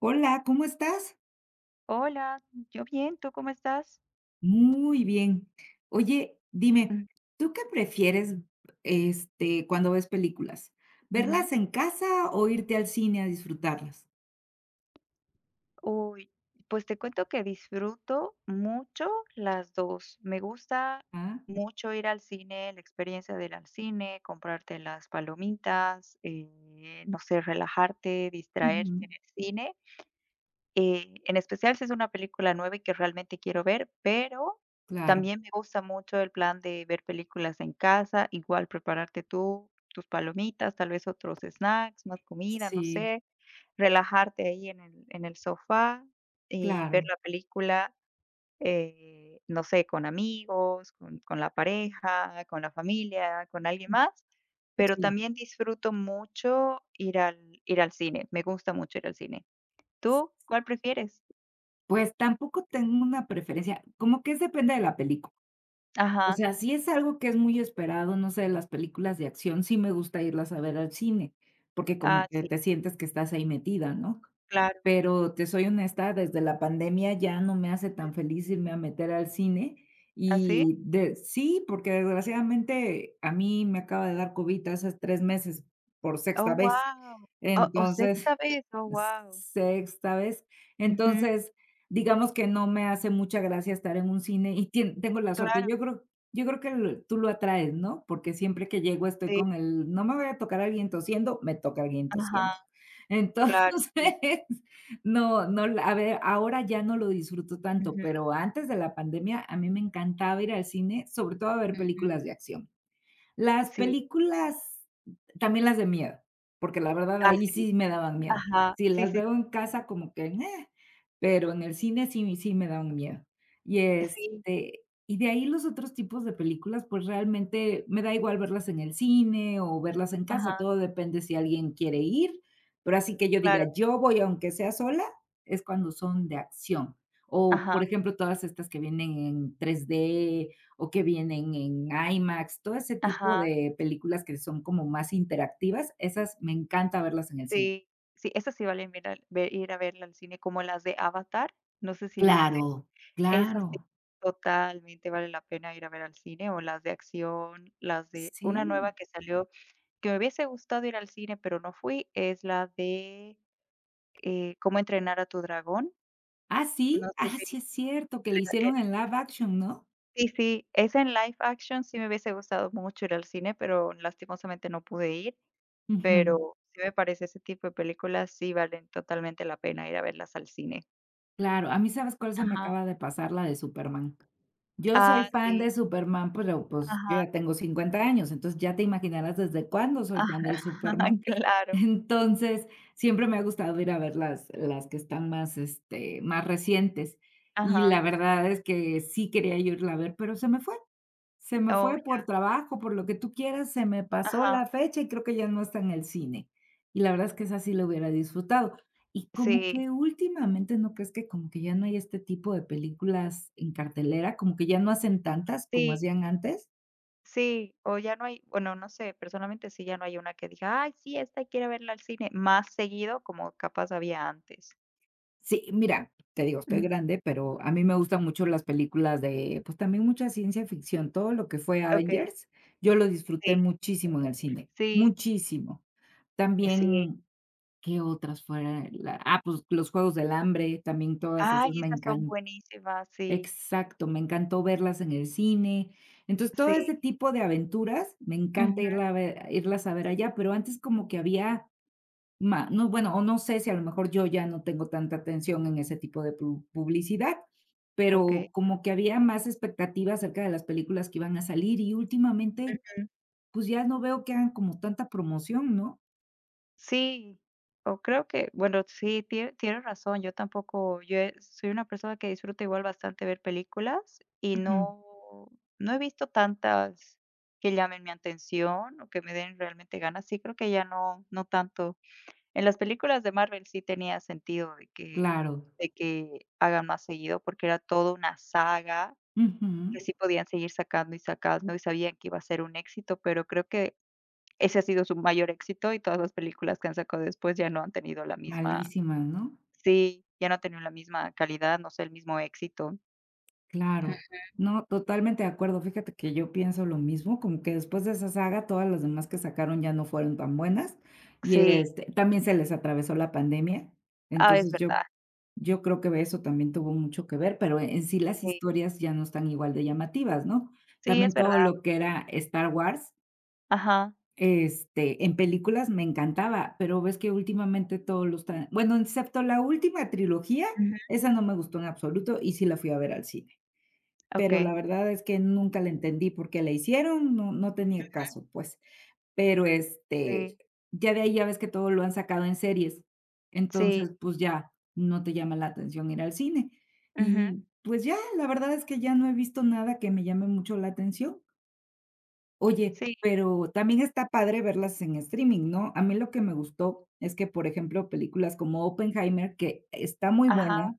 Hola, ¿cómo estás? Hola, yo bien, ¿tú cómo estás? Muy bien. Oye, dime, Mm, ¿tú qué prefieres, cuando ves películas? ¿Verlas ujú. en casa o irte al cine a disfrutarlas? Uy, pues te cuento que disfruto mucho las 2. Me gusta Ah, mucho ir al cine, la experiencia del al cine, comprarte las palomitas, no sé, relajarte, distraerte ujú, en el cine. En especial si es una película nueva y que realmente quiero ver, pero claro, también me gusta mucho el plan de ver películas en casa, igual prepararte tú tus palomitas, tal vez otros snacks, más comida, no sí, sé, relajarte ahí en el sofá y ver claro, la película, no sé, con amigos, con la pareja, con la familia, con alguien mm, más, pero sí. también disfruto mucho ir al cine, me gusta mucho ir al cine. ¿Tú cuál prefieres? Pues tampoco tengo una preferencia, como que es depende de la película. O Ajá. sea, sí es algo que es muy esperado, no sé, las películas de acción, sí me gusta irlas a ver al cine, porque como Ah, que sí, te sientes que estás ahí metida, ¿no? claro. Pero te soy honesta, desde la pandemia ya no me hace tan feliz irme a meter al cine Así. y de sí, porque desgraciadamente a mí me acaba de dar COVID hace 3 meses por Oh, sexta vez. wow. O Entonces, sexta vez. Oh, wow. sexta vez. Ujú. Entonces, digamos que no me hace mucha gracia estar en un cine y tien tengo la suerte. Claro, Yo creo que l tú lo atraes, ¿no? Porque siempre que llego estoy sí. con el: "No me voy a tocar a alguien tosiendo". Me toca alguien Ajá, tosiendo. Entonces, claro, sí. no no la a ver, ahora ya no lo disfruto tanto, Ujú, pero antes de la pandemia a mí me encantaba ir al cine, sobre todo a ver ujú. películas de acción. Las Sí. películas, también las de miedo, porque la verdad ahí Así. sí me daban miedo. Ajá. Si Sí, las sí, veo en casa como que, pero en el cine sí me daban miedo. Y, sí. este, y de ahí los otros tipos de películas, pues, realmente me da igual verlas en el cine o verlas en casa, Ajá, todo depende si alguien quiere ir, pero así que yo diga: claro. "Yo voy aunque sea sola", es cuando son de acción. O, por Ajá, ejemplo, todas estas que vienen en tres d o que vienen en IMAX, todo ese tipo ajá. de películas que son como más interactivas, esas me encanta verlas en el cine. Sí, sí, esas sí valen ver al ver ir a verla al cine, como las de Avatar, no sé si viste. Claro, Esas claro, sí, totalmente vale la pena ir a ver al cine, o las de acción, las de una nueva sí. que salió que me hubiese gustado ir al cine, pero no fui, es la de, Cómo entrenar a tu dragón. No Sí, sé ah, si sí es cierto, que le la- eh, hicieron en live action, ¿no? sí, sí, esa en live action sí me hubiese gustado mucho ir al cine, pero lastimosamente no pude ir, Ujú. pero sí me parece ese tipo de películas sí valen totalmente la pena ir a verlas al cine. Claro, a mí, ¿sabes cuál se me Ajá. acaba de pasar? La de Superman. Yo soy Ah, fan de sí. Superman, pero, pues, yo Ajá, ya tengo 50 años, entonces ya te imaginarás desde cuándo soy fan del ajá, Superman. claro. Entonces, siempre me ha gustado ir a ver las que están más, más recientes, y la Ajá. verdad es que sí quería yo irla a ver, pero se me fue. Se me Oh, fue ya. por trabajo, por lo que tú quieras, se me pasó Ajá. la fecha y creo que ya no está en el cine. Y la verdad es que esa sí la hubiera disfrutado. Y como Sí, que últimamente, ¿no crees que como que ya no hay este tipo de películas en cartelera? Como que ya no hacen tantas como sí. hacían antes. Sí, o ya no hay, bueno, no sé, personalmente sí, ya no hay una que diga, ay, sí, esta quiero verla al cine más seguido como capaz había antes. Sí, mira, te digo, estoy Ujú. grande, pero a mí me gustan mucho las películas de, pues también mucha ciencia ficción, todo lo que fue Okey, Avengers, yo lo disfruté sí, muchísimo en el cine, sí, muchísimo. sí. También, ¿qué otras fueran? Pues, los Juegos del Hambre, también todas Ay, esas me esas son encan buenísimas, sí, exacto, me encantó verlas en el cine. Entonces, todo sí. ese tipo de aventuras, me encanta Ujú. irlas a ver allá, pero antes como que había ma no, bueno, o no sé si a lo mejor yo ya no tengo tanta atención en ese tipo de pu publicidad, Okey. pero como que había más expectativa acerca de las películas que iban a salir y últimamente, Ujú. pues, ya no veo que hagan como tanta promoción, ¿no? Sí, o creo que, bueno, sí, tienes razón, yo tampoco, yo he soy una persona que disfruta igual bastante ver películas y Ujú. no he visto tantas que llamen mi atención o que me den realmente ganas, sí creo que ya no tanto. En las películas de Marvel sí tenía sentido de que Claro. de que hagan más seguido, porque era toda una saga Ujú. que sí podían seguir sacando y sacando, y sabían que iba a ser un éxito, pero creo que ese ha sido su mayor éxito y todas las películas que han sacado después ya no han tenido la misma, Malísimas, ¿no? sí, ya no han tenido la misma calidad, no sé, el mismo éxito. Claro. No, totalmente de acuerdo. Fíjate que yo pienso lo mismo, como que después de esa saga, todas las demás que sacaron ya no fueron tan buenas. Y Sí, también se les atravesó la pandemia. ah, es Entonces verdad, yo creo que eso también tuvo mucho que ver, pero en sí las sí, historias ya no están igual de llamativas, ¿no? sí, es También verdad, todo lo que era Star Wars. ajá, En películas me encantaba, pero ves que últimamente todos los tra bueno, excepto la última trilogía, ujú, esa no me gustó en absoluto y sí la fui a ver al cine. Pero la okey, verdad es que nunca la entendí porque qué la hicieron, no tenía caso, pues. Pero, sí, ya de ahí ya ves que todo lo han sacado en series. sí, Entonces, pues ya no te llama la atención ir al cine. ujú, Y, pues ya, la verdad es que ya no he visto nada que me llame mucho la atención. Oye, sí, pero también está padre verlas en streaming, ¿no? A mí lo que me gustó es que, por ejemplo, películas como Oppenheimer, que está muy ajá, buena,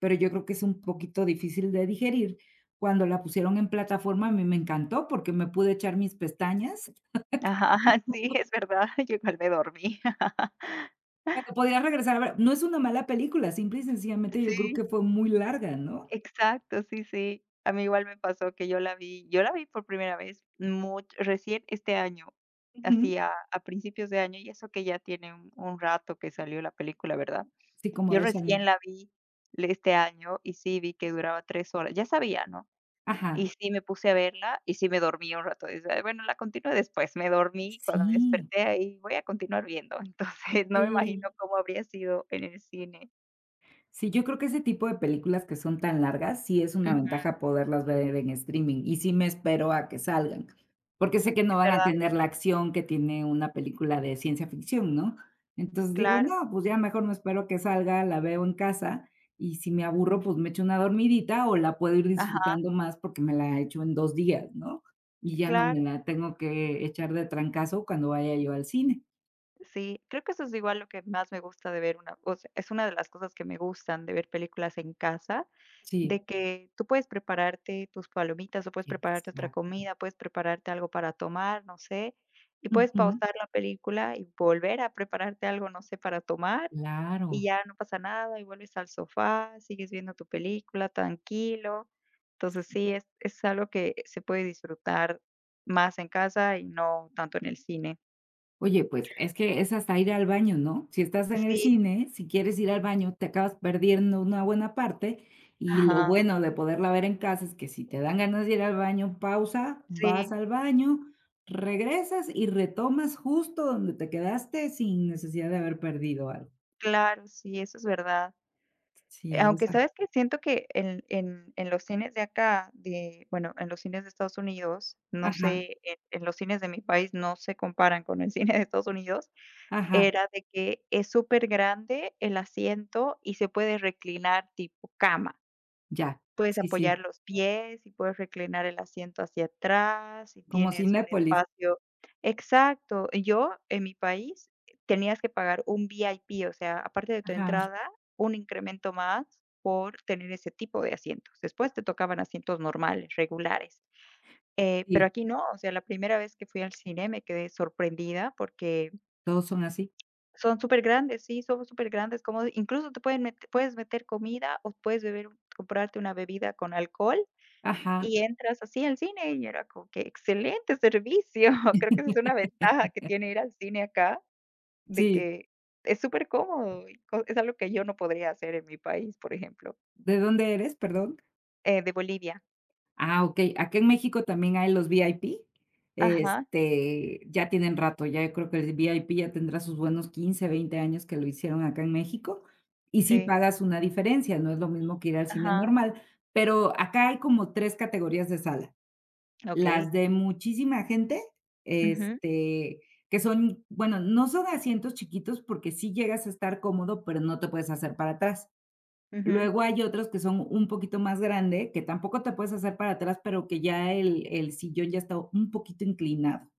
pero yo creo que es un poquito difícil de digerir. Cuando la pusieron en plataforma, a mí me encantó porque me pude echar mis pestañas, ajá, sí, es verdad, yo igual me dormí. pero podía regresar a ver. No es una mala película, simple y sencillamente yo creo que Sí. fue muy larga, ¿no? Exacto, sí, sí. A mí igual me pasó que yo la vi por primera vez much recién este año, Ujú. así a principios de año, y eso que ya tiene un rato que salió la película, ¿verdad? Sí, como Yo 2 años. recién la vi le este año y sí vi que duraba 3 horas, ya sabía, ¿no? Y Ajá. sí me puse a verla y sí me dormí un rato, decía: "Bueno, la continúo después". Me dormí, cuando me Sí, desperté ahí, voy a continuar viendo. Entonces, no me imagino sí. cómo habría sido en el cine. Sí, yo creo que ese tipo de películas que son tan largas, sí es una Ujú, ventaja poderlas ver en streaming y sí me espero a que salgan, porque sé que no es van a verdad, tener la acción que tiene una película de ciencia ficción, ¿no? Entonces digo, claro. no, pues ya mejor me espero que salga, la veo en casa y si me aburro, pues me echo una dormidita o la puedo ir Ajá, disfrutando más porque me la he hecho en 2 días, ¿no? Y ya no me claro. la tengo que echar de trancazo cuando vaya yo al cine. Sí, creo que eso es igual lo que más me gusta de ver una, o sea, es una de las cosas que me gustan de ver películas en casa, Sí, de que tú puedes prepararte tus palomitas o puedes prepararte otra exacto. comida, puedes prepararte algo para tomar, no sé, y puedes Ujú. pausar la película y volver a prepararte algo, no sé, para tomar y Claro. ya no pasa nada y vuelves al sofá, sigues viendo tu película tranquilo. Entonces sí, es algo que se puede disfrutar más en casa y no tanto en el cine. Oye, pues, es que es hasta ir al baño, ¿no? Si estás en el Sí, cine, si quieres ir al baño, te acabas perdiendo una buena parte, y lo ajá. bueno de poderla ver en casa es que si te dan ganas de ir al baño, pausa, vas Sí, al baño, regresas y retomas justo donde te quedaste sin necesidad de haber perdido algo. claro, sí, eso es verdad. Sí, Aunque, esa, sabes que siento que en los cines de acá, de, bueno, en los cines de Estados Unidos, no ajá, sé, en los cines de mi país no se comparan con el cine de Estados Unidos, ajá, era de que es súper grande el asiento y se puede reclinar tipo cama. ya. Puedes Sí, apoyar sí, los pies y puedes reclinar el asiento hacia atrás, y como tienes un Cinépolis. espacio. Exacto. Yo, en mi país, tenías que pagar un VIP, o sea, aparte de tu Ajá, entrada, un incremento más por tener ese tipo de asientos. Después te tocaban asientos normales, regulares. Pero sí, aquí no, o sea, la primera vez que fui al cine me quedé sorprendida porque todos son así. son súper grandes, sí, son súper grandes, como incluso te puedes meter comida o puedes beber, comprarte una bebida con alcohol Ajá, y entras así al cine y era como que excelente servicio. Creo que esa es una ventaja que tiene ir al cine acá, de sí. que es supercómodo y co es algo que yo no podría hacer en mi país, por ejemplo. ¿De dónde eres, perdón? De Bolivia. Ah, okey. Acá en México también hay los VIP. Ajá, Ya tienen rato, ya yo creo que el VIP ya tendrá sus buenos 15, 20 años que lo hicieron acá en México, y sí sí, pagas una diferencia, no es lo mismo que ir al cine ajá, normal, pero acá hay como 3 categorías de sala, okey. las de muchísima gente, Ujú, este, que son, bueno, no son asientos chiquitos porque sí llegas a estar cómodo, pero no te puedes hacer para atrás. ujú, Luego hay otros que son un poquito más grande, que tampoco te puedes hacer para atrás, pero que ya el sillón ya está un poquito inclinado,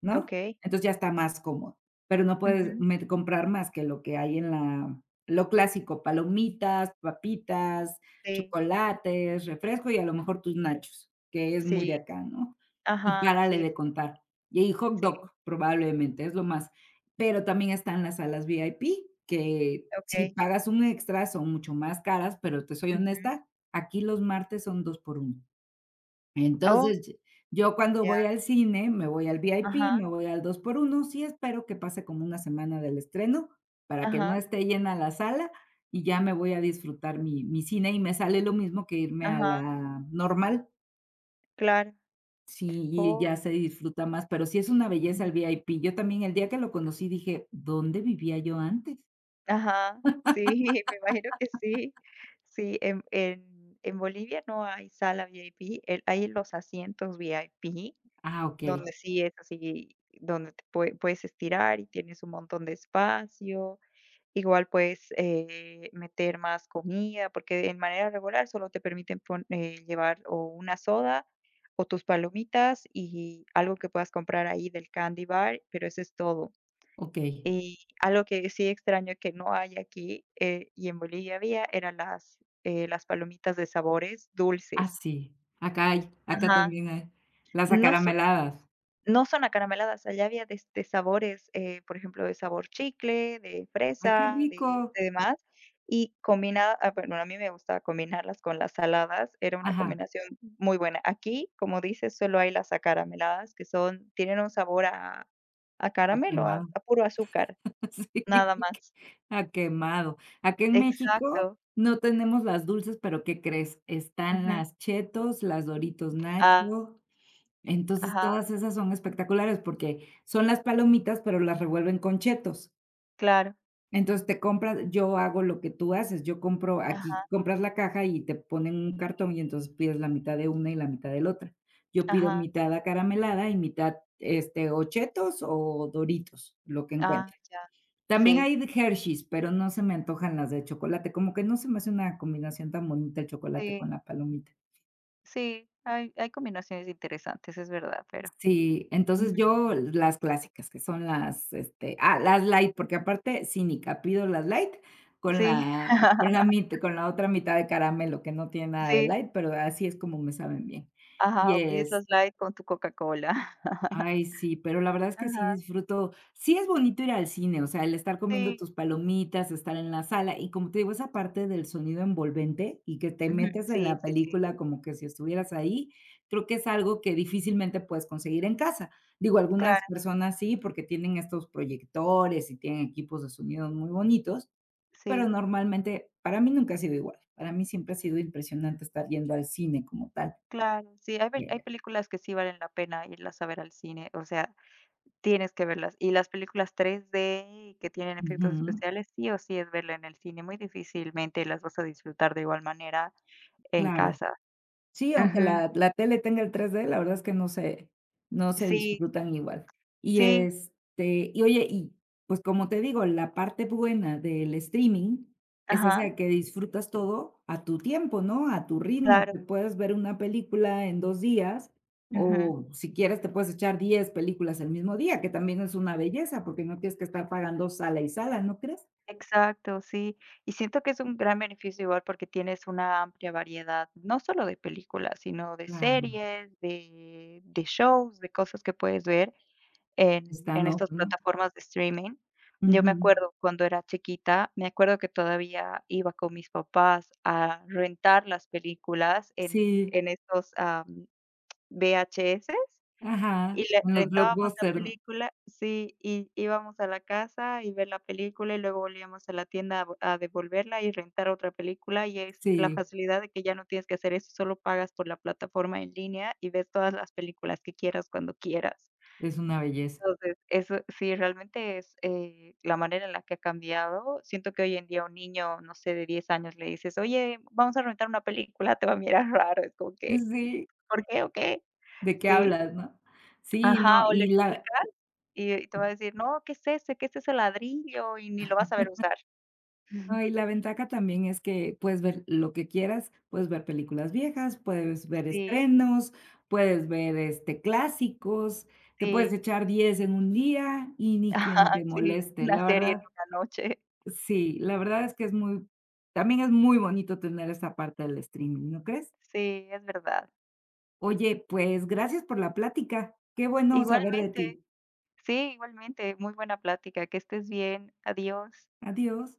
¿no? okey, Entonces ya está más cómodo, pero no puedes ujú, met comprar más que lo que hay en la lo clásico: palomitas, papitas, sí, chocolates, refresco y a lo mejor tus nachos, que es muy de sí, acá, ¿no? Y ajá, párale sí, de sí, contar. Y ahí hot sí, dog, probablemente, es lo más. Pero también están las salas VIP, que si okey, pagas un extra son mucho más caras, pero te soy ujú. honesta, aquí los martes son 2 por uno. Oh, Entonces, yo cuando ya, voy al cine, me voy al VIP, ajá, me voy al 2 por uno, sí espero que pase como una semana del estreno, para que no ajá, esté llena la sala, y ya me voy a disfrutar mi cine, y me sale lo mismo que irme a ajá, la normal, claro. sí, y Oh. ya se disfruta más, pero sí es una belleza el VIP. Yo también el día que lo conocí dije: "¿Dónde vivía yo antes?". Ajá, sí, me imagino que sí. Sí, en Bolivia no hay sala VIP, el hay los asientos VIP, Ah, okey, donde sí es así, donde te puedes estirar y tienes un montón de espacio. Igual puedes, meter más comida, porque en manera regular solo te permiten pon llevar o una soda o tus palomitas y algo que puedas comprar ahí del candy bar, pero eso es todo. okey. Y algo que sí extraño que no hay aquí, y en Bolivia había, eran las palomitas de sabores Ah, dulces. sí, acá Ajá. también hay las No son acarameladas. no son acarameladas, allá había de sabores, por ejemplo, de sabor chicle, de Ay, qué fresa, de rico. de demás, y combinada bueno, a mí me gustaba combinarlas con las saladas, era una Ajá, combinación muy buena. Aquí, como dices, solo hay las acarameladas, que son tienen un sabor a a caramelo, a quemado. Puro azúcar, Sí, nada más. a quemado. Aquí en México Exacto. no tenemos las dulces, pero ¿qué crees? Están Ujú. las Chetos, las Doritos Ah, Nacho. Entonces, ajá, todas esas son espectaculares porque son las palomitas, pero las revuelven con Chetos. claro. Entonces, te compras yo hago lo que tú haces, yo compro aquí, Ajá, compras la caja y te ponen un cartón y entonces pides la mitad de una y la mitad del otra. Yo pido ajá. mitad acaramelada y mitad, o Chetos o Doritos, lo que Ah, encuentre. ya. También Sí, hay de Hershey's, pero no se me antojan las de chocolate, como que no se me hace una combinación tan bonita el chocolate sí, con la palomita. sí. Hay combinaciones interesantes, es verdad, pero. Sí, Ujú. entonces yo las clásicas, que son las, las light, porque aparte cínica, pido las light con Sí. la con la mit con la otra mitad de caramelo, que no tiene nada de Sí, light, pero así es como me saben bien. ajá, Y, o pides las light con tu Coca-Cola. ay, sí, pero la verdad es que sí Ajá, disfruto sí es bonito ir al cine, o sea, el estar comiendo sí. tus palomitas, estar en la sala, y como te digo, esa parte del sonido envolvente y que te Ujú. metes en Sí, la sí, sí. película como que si estuvieras ahí, creo que es algo que difícilmente puedes conseguir en casa. Digo, algunas Claro, personas sí, porque tienen estos proyectores y tienen equipos de sonido muy bonitos, pero sí, normalmente para mí nunca ha sido igual. Para mí siempre ha sido impresionante estar yendo al cine como tal. claro. Sí, hay Eh, películas que sí valen la pena irlas a ver al cine, o sea. Tienes que verlas. Y las películas 3D que tienen efectos Ujú, especiales, sí o sí es verla en el cine, muy difícilmente las vas a disfrutar de igual manera en claro. casa. Sí, aunque Ujú. la tele tenga el 3D, la verdad es que no se Sí, disfrutan igual. Y, sí, este, y oye, pues, como te digo, la parte buena del streaming es ajá, esa que disfrutas todo a tu tiempo, ¿no? A tu ritmo. claro. Te puedes ver una película en 2 días, Ujú. o si quieres te puedes echar 10 películas el mismo día, que también es una belleza, porque no tienes que estar pagando sala y sala, ¿no crees? Exacto, sí. Y siento que es un gran beneficio igual porque tienes una amplia variedad, no solo de películas, sino de Claro. series, de shows, de cosas que puedes ver en Está en no, estas ¿no? plataformas de streaming. Yo me Ujú. acuerdo cuando era chiquita, me acuerdo que todavía iba con mis papás a rentar las películas en Sí, en estos, VHS, y ajá, le en los rentábamos la blockbuster, ¿no? película, sí, y íbamos a la casa y ver la película, y luego volvíamos a la tienda a vo a devolverla y rentar otra película, y es la Sí, facilidad de que ya no tienes que hacer eso, solo pagas por la plataforma en línea y ves todas las películas que quieras cuando quieras. es una belleza. Entonces, eso sí, realmente es la manera en la que ha cambiado. Siento que hoy en día un niño, no sé, de 10 años le dices: "Oye, vamos a rentar una película", te va a mirar raro, es como que: Sí, "¿Por qué o qué?". ¿de qué Sí, hablas, no? Sí, ajá, no, o le y la explicas y te va a decir: "No, ¿qué es ese? ¿Qué es ese ladrillo?". Y ni lo vas a ver usar. no, y la ventaja también es que puedes ver lo que quieras, puedes ver películas viejas, puedes ver Sí, estrenos, puedes ver, clásicos, te puedes sí, echar 10 en un día y ni ajá, quien te sí, moleste. una La serie en verdad, una noche. sí, la verdad es que es muy también es muy bonito tener esa parte del streaming, ¿no crees? Sí, es verdad. Oye, pues, gracias por la plática. Qué bueno saber de Igualmente, ti. sí, igualmente, muy buena plática, que estés bien, adiós. Adiós.